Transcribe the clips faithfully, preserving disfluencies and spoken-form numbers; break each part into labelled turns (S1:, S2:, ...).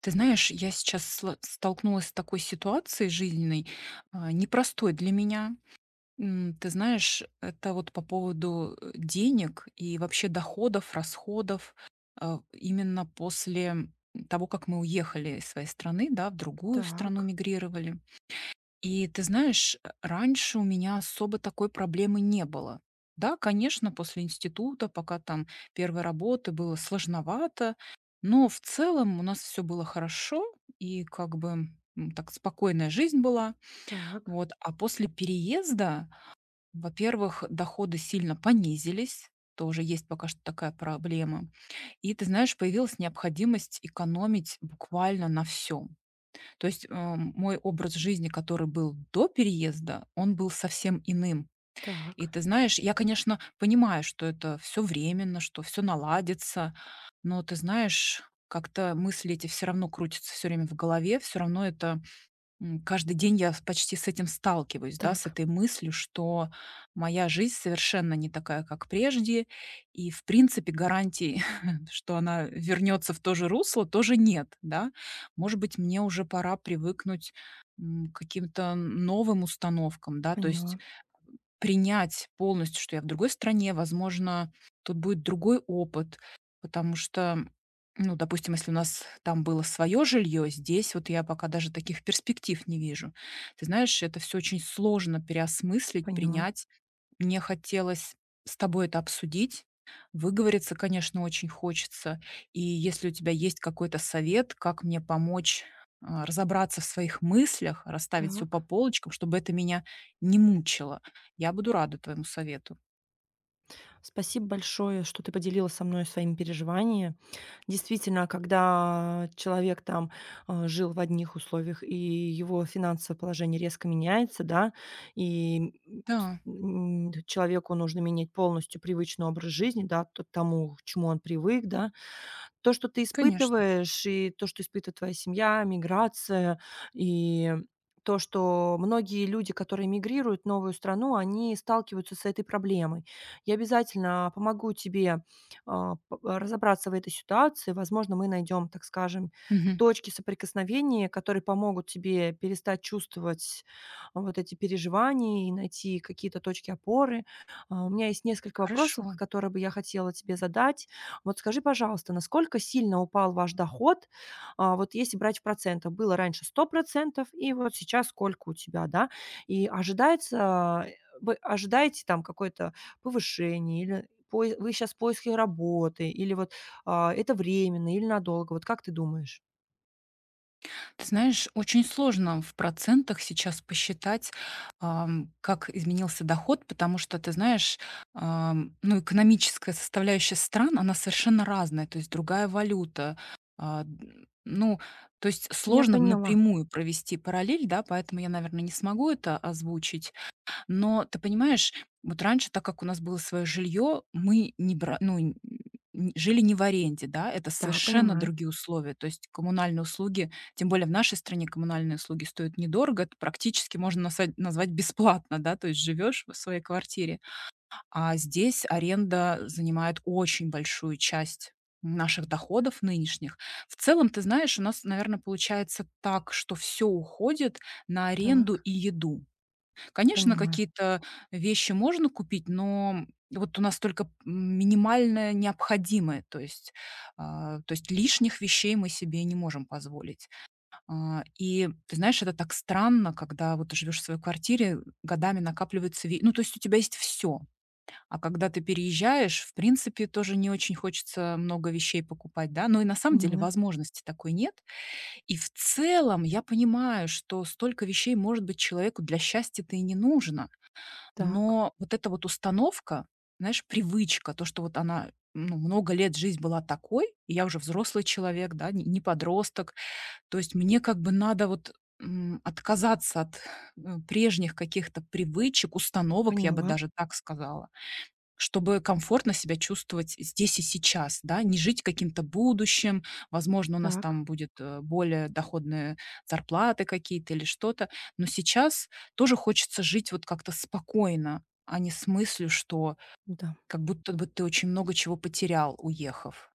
S1: Ты знаешь, я сейчас сло- столкнулась с такой ситуацией жизненной, а, непростой для меня. М, Ты знаешь, это вот по поводу э, денег и вообще доходов, расходов. а, Именно после того, как мы уехали из своей страны, да, в другую страну
S2: Так,
S1: мигрировали. И ты знаешь, э, раньше у меня особо такой проблемы не было. Да, конечно, после института, пока там первой работы было сложновато, но в целом у нас все было хорошо и как бы, м, так спокойная жизнь была.
S2: так,
S1: Вот. А после переезда, во-первых, доходы сильно понизились, тоже есть пока что такая проблема. И ты знаешь, появилась необходимость экономить буквально на всем. То есть, а, мой образ жизни, который был до переезда, он был совсем иным. И
S2: так,
S1: ты знаешь, я, конечно, понимаю, что это все временно, что все наладится, но ты знаешь, как-то мысли эти все равно крутятся все время в голове, все равно это. М, каждый день я с почти с этим сталкиваюсь, да, с
S2: так.
S1: этой мыслью, что моя жизнь совершенно не такая, как прежде, и, в принципе, гарантий, что она вернется в то же русло, тоже нет, да. Может быть, мне уже пора привыкнуть м, к каким-то новым установкам, да, то есть
S2: Поняла,
S1: принять полностью, что я в другой стране, возможно, тут будет другой опыт, потому что, ну, допустим, если у нас там было свое жилье, здесь вот я пока даже таких перспектив не вижу. Ты знаешь, это все очень сложно переосмыслить,
S2: поняла.
S1: принять. Мне хотелось с тобой это обсудить. Выговориться, конечно, очень хочется. И если у тебя есть какой-то совет, как мне помочь а, разобраться в своих мыслях, расставить все по
S2: Так.
S1: полочкам, чтобы это меня не мучило, я буду рада твоему совету.
S2: Спасибо большое, что ты поделилась со мной своими переживаниями. Действительно, когда человек там, а, жил в одних условиях, и его финансовое положение резко меняется, да, и, м, с
S1: Да,
S2: м, человеку нужно менять полностью привычный образ жизни, да, т тому, к чему он привык, да. То, что ты
S1: конечно.
S2: испытываешь, и то, что испытывает твоя семья, миграция, и то, что многие люди, которые мигрируют в новую страну, они сталкиваются с этой проблемой. Я обязательно помогу тебе, а, п разобраться в этой ситуации. Возможно, мы найдем, так скажем,
S1: Мгм.
S2: точки соприкосновения, которые помогут тебе перестать чувствовать а, вот эти переживания и найти какие-то точки опоры. А, у меня есть несколько вопросов,
S1: Хорошо.
S2: которые бы я хотела тебе задать. Вот скажи, пожалуйста, насколько сильно упал ваш доход? А, вот если брать в процентах, было раньше сто процентов, и вот сейчас сколько у тебя, да? И ожидается, э, вы ожидаете там какое-то повышение, или пое вы сейчас в поиске работы, или вот, а, это временно или надолго? Вот как ты думаешь?
S1: Ты знаешь, очень сложно в процентах сейчас посчитать, ам, как изменился доход, потому что, ты знаешь, ам, ну, экономическая составляющая стран, она совершенно разная, то есть другая валюта. а, д- Ну, то есть
S2: Я
S1: сложно
S2: поняла.
S1: напрямую провести параллель, да, поэтому я, наверное, не смогу это озвучить. Но ты понимаешь, вот раньше, так как у нас было свое жилье, мы не бра ну, н н жили не в аренде, да, это
S2: Да,
S1: совершенно
S2: понимаю.
S1: другие условия. То есть коммунальные услуги, тем более в нашей стране коммунальные услуги стоят недорого, это практически можно насать назвать бесплатно, да, то есть живешь в своей квартире. А здесь аренда занимает очень большую часть наших доходов нынешних. В целом, ты знаешь, у нас, наверное, получается так, что все уходит на аренду
S2: Так,
S1: и еду. Конечно,
S2: понимаю.
S1: какие-то вещи можно купить, но вот у нас только м, минимальное необходимое, то есть, а, то есть лишних вещей мы себе не можем позволить. А, И ты знаешь, это так странно, когда вот ты живешь в своей квартире, годами накапливается, ве- ну то есть у тебя есть все, а когда ты переезжаешь, в принципе, тоже не очень хочется много вещей покупать, да, но и на самом деле
S2: Поняла.
S1: возможности такой нет. И в целом я понимаю, что столько вещей, может быть, человеку для счастья-то и не нужно,
S2: Так,
S1: но вот эта вот установка, знаешь, привычка, то, что вот она, ну, много лет жизнь была такой, и я уже взрослый человек, да, не не подросток. То есть мне как бы надо вот, м, отказаться от, э, прежних каких-то привычек, установок, я бы
S2: поняла.
S1: даже так сказала. Чтобы комфортно себя чувствовать здесь и сейчас, да, не жить каким-то будущим. Возможно, у нас
S2: Так.
S1: там будет э, более доходные зарплаты какие-то или что-то. Но сейчас тоже хочется жить вот как-то спокойно, а не с мыслью, что
S2: Да.
S1: как будто бы ты очень много чего потерял, уехав.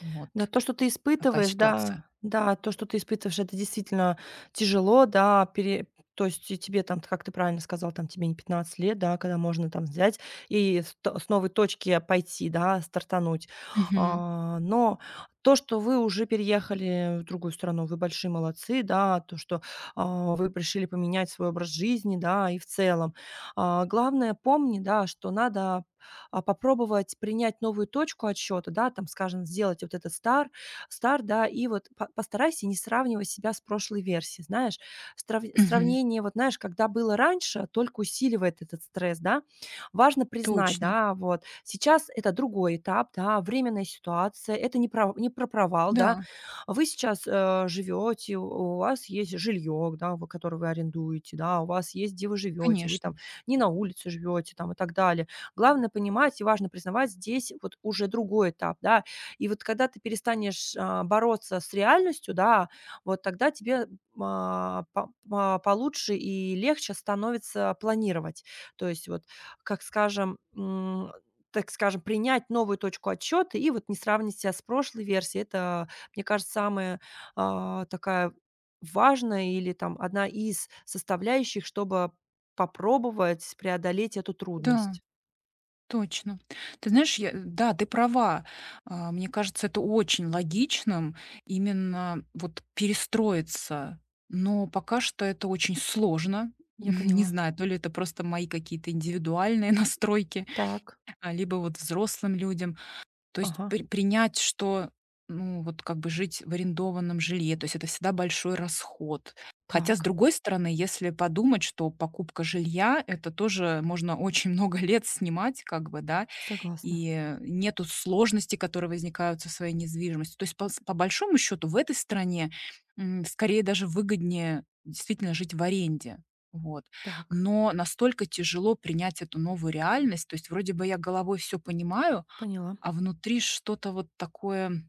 S1: Вот
S2: Да, то, что ты
S1: такая
S2: испытываешь,
S1: ситуация.
S2: да, да, то, что ты испытываешь, это действительно тяжело, да, пере то есть и тебе там, как ты правильно сказал, там тебе не пятнадцать лет, да, когда можно там взять и с то с новой точки пойти, да, стартануть.
S1: Мгм.
S2: А, но то, что вы уже переехали в другую страну, вы большие молодцы, да, то, что, а, вы решили поменять свой образ жизни, да, и в целом. А, главное, помни, да, что надо а, попробовать принять новую точку отсчета, да, там, скажем, сделать вот этот стар, стар, да, и вот по- постарайся не сравнивать себя с прошлой версией, знаешь. Страв-
S1: Мгм.
S2: сравнение, вот знаешь, когда было раньше, только усиливает этот стресс, да. Важно признать,
S1: Точно.
S2: да, вот, сейчас это другой этап, да, временная ситуация, это не про, не про провал, да,
S1: Да,
S2: вы сейчас э, живете, у у вас есть жилье, да, вы- которое вы арендуете, да, у вас есть, где вы живете, вы там
S1: конечно.
S2: не на улице живете, там и так далее. Главное понимать и важно признавать здесь вот уже другой этап, да. И вот когда ты перестанешь, а, бороться с реальностью, да, вот тогда тебе, а, по а, получше и легче становится планировать. То есть вот, как скажем, м, так скажем, принять новую точку отсчета и вот не сравнить себя с прошлой версией. Это, мне кажется, самая, а, такая важная или там одна из составляющих, чтобы попробовать преодолеть эту
S1: Да.
S2: трудность.
S1: Точно. Ты знаешь, я да, ты права. А, мне кажется, это очень логичным именно вот перестроиться. Но пока что это очень сложно.
S2: Я
S1: Не
S2: поняла.
S1: знаю, то ли это просто мои какие-то индивидуальные настройки,
S2: Так.
S1: а, либо вот взрослым людям. То есть
S2: Ага.
S1: при принять, что, ну, вот как бы жить в арендованном жилье, то есть это всегда большой расход. Хотя, с
S2: Так.
S1: другой стороны, если подумать, что покупка жилья — это тоже можно очень много лет снимать как бы, да,
S2: Согласна.
S1: и, э, нету сложностей, которые возникают со своей недвижимостью. То есть, по с по большому счету, в этой стране, м, скорее даже выгоднее действительно жить в аренде. Вот.
S2: Так.
S1: Но настолько тяжело принять эту новую реальность. То есть вроде бы я головой все понимаю,
S2: Поняла.
S1: а внутри что-то вот такое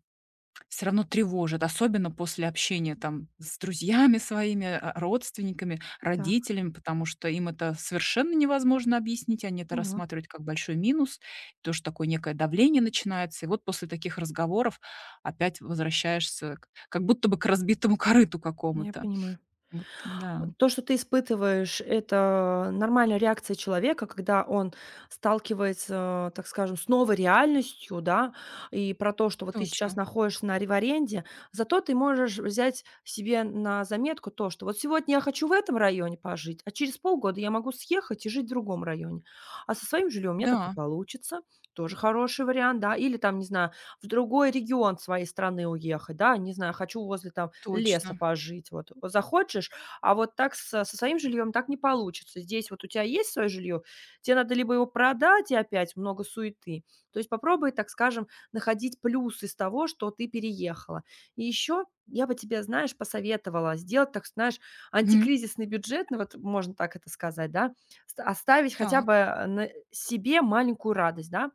S1: все равно тревожит, особенно после общения там с друзьями своими, а, родственниками,
S2: Так.
S1: родителями, потому что им это совершенно невозможно объяснить, они это
S2: Поняла.
S1: рассматривают как большой минус, тоже такое некое давление начинается. И вот после таких разговоров опять возвращаешься к как будто бы к разбитому корыту
S2: Я
S1: какому-то.
S2: понимаю.
S1: Вот, да,
S2: То, что ты испытываешь, это нормальная реакция человека, когда он сталкивается, так скажем, с новой реальностью, да, и про то, что вот ты сейчас
S1: точно.
S2: находишься на ре- в аренде, зато ты можешь взять себе на заметку то, что вот сегодня я хочу в этом районе пожить, а через полгода я могу съехать и жить в другом районе. А со своим жильем у меня так не
S1: Да,
S2: получится. Тоже хороший вариант, да. Или там, не знаю, в другой регион своей страны уехать, да, не знаю, хочу возле там леса
S1: точно.
S2: пожить. Вот захочешь, а вот так со со своим жильем так не получится. Здесь вот у тебя есть свое жилье, Тебе надо либо его продать, и опять много суеты. То есть попробуй, так скажем, находить плюс из того, что ты переехала. И еще я бы тебе, знаешь, посоветовала сделать, так знаешь,
S1: Мгм.
S2: антикризисный бюджет, ну, вот можно так это сказать, да, ст оставить хотя
S1: Так.
S2: бы, э, на себе маленькую радость, да.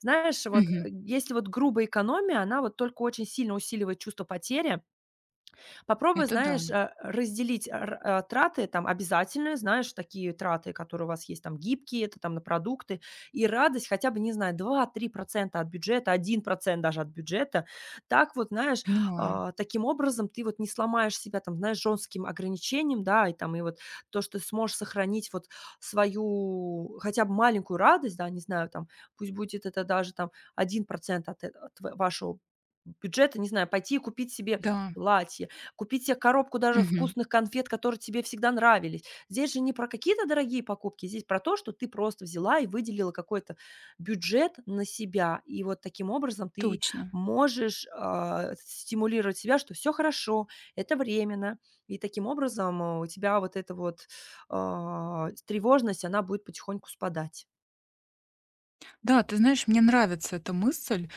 S2: Знаешь, вот, э,
S1: Мгм.
S2: если вот грубая экономия, она вот только очень сильно усиливает чувство потери. Попробуй,
S1: Это да,
S2: знаешь, э, разделить э, р э, траты там обязательные, знаешь, такие траты, которые у вас есть там гибкие, это там на продукты, и радость хотя бы, не знаю, два-три процента от бюджета, один процент даже от бюджета. Так вот, знаешь,
S1: понимаю.
S2: а, таким образом ты вот не сломаешь себя там, знаешь, жестким ограничением, да, и там, и вот то, что ты сможешь сохранить вот свою хотя бы маленькую радость, да, не знаю, там, пусть будет это даже там один от, э, от ва- вашего бюджета, не знаю, пойти и купить себе
S1: Да.
S2: платье. Купить себе коробку даже
S1: Мгм.
S2: вкусных конфет, которые тебе всегда нравились. Здесь же не про какие-то дорогие покупки, здесь про то, что ты просто взяла и выделила какой-то бюджет на себя. И вот таким образом ты
S1: Точно.
S2: можешь, а, стимулировать себя, что все хорошо, это временно. И таким образом, а, у тебя вот эта вот, а, тревожность, она будет потихоньку спадать.
S1: Да, ты знаешь, мне нравится эта мысль,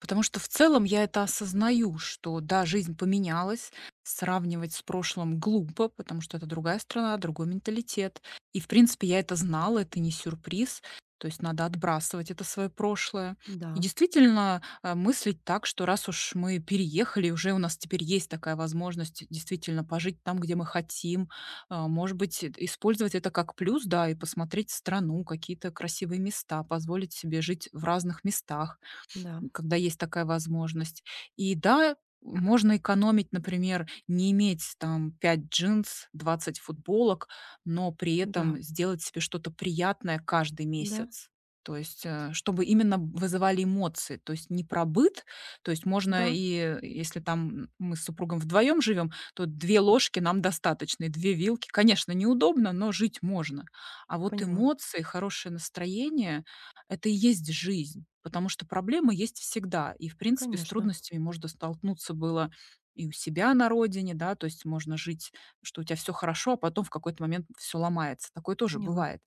S1: потому что в целом я это осознаю, что да, жизнь поменялась, сравнивать с прошлым глупо, потому что это другая страна, другой менталитет. И, в принципе, я это знала, это не сюрприз, то есть надо отбрасывать это свое прошлое.
S2: Да,
S1: И действительно э, мыслить так, что раз уж мы переехали, уже у нас теперь есть такая возможность действительно пожить там, где мы хотим, а, может быть, эт использовать это как плюс, да, и посмотреть страну, какие-то красивые места, позволить себе жить в разных местах,
S2: да,
S1: когда есть такая возможность. И да, можно экономить, например, не иметь там пять джинс, двадцать футболок, но при
S2: да,
S1: этом сделать себе что-то приятное каждый
S2: да,
S1: месяц. То есть, э, чтобы именно вызывали эмоции, то есть не про быт, то есть можно
S2: да,
S1: и, э, если там мы с супругом вдвоем живем, то две ложки нам достаточно и две вилки. Конечно, неудобно, но жить можно. А вот
S2: поняла.
S1: эмоции, хорошее настроение — это и есть жизнь. Потому что проблемы есть всегда. И, в принципе, с
S2: Конечно,
S1: трудностями можно столкнуться было и у себя на родине, да, то есть можно жить, что у тебя все хорошо, а потом в какой-то момент все ломается. Такое тоже
S2: поняла.
S1: бывает.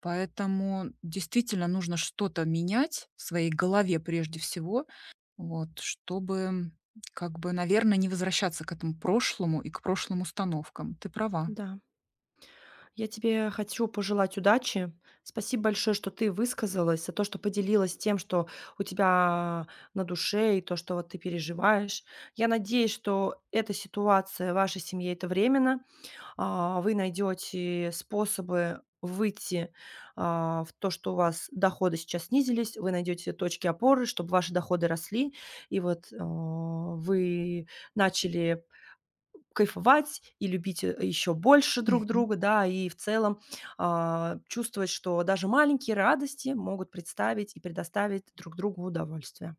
S1: Поэтому действительно нужно что-то менять в своей голове прежде всего, вот, чтобы, как бы, наверное, не возвращаться к этому прошлому и к прошлым установкам. Ты права.
S2: Да. Я тебе хочу пожелать удачи. Спасибо большое, что ты высказалась, за то, что поделилась тем, что у тебя на душе и то, что вот ты переживаешь. Я надеюсь, что эта ситуация в вашей семье- это временно. А, вы найдете способы выйти, а, в то, что у вас доходы сейчас снизились, вы найдете точки опоры, чтобы ваши доходы росли. И вот, а, вы начали Кайфовать и любить, э, еще больше друг
S1: Мгм.
S2: друга, да, и в целом, а, чувствовать, что даже маленькие радости могут представить и предоставить друг другу удовольствие.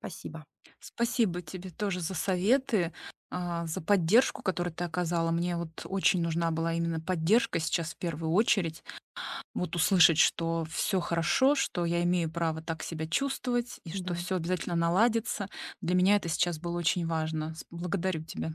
S2: Спасибо.
S1: Спасибо тебе тоже за советы, а, за поддержку, которую ты оказала. Мне вот очень нужна была именно поддержка сейчас в первую очередь. Вот услышать, что все хорошо, что я имею право так себя чувствовать и что
S2: Да.
S1: все обязательно наладится. Для меня это сейчас было очень важно. С- Благодарю тебя.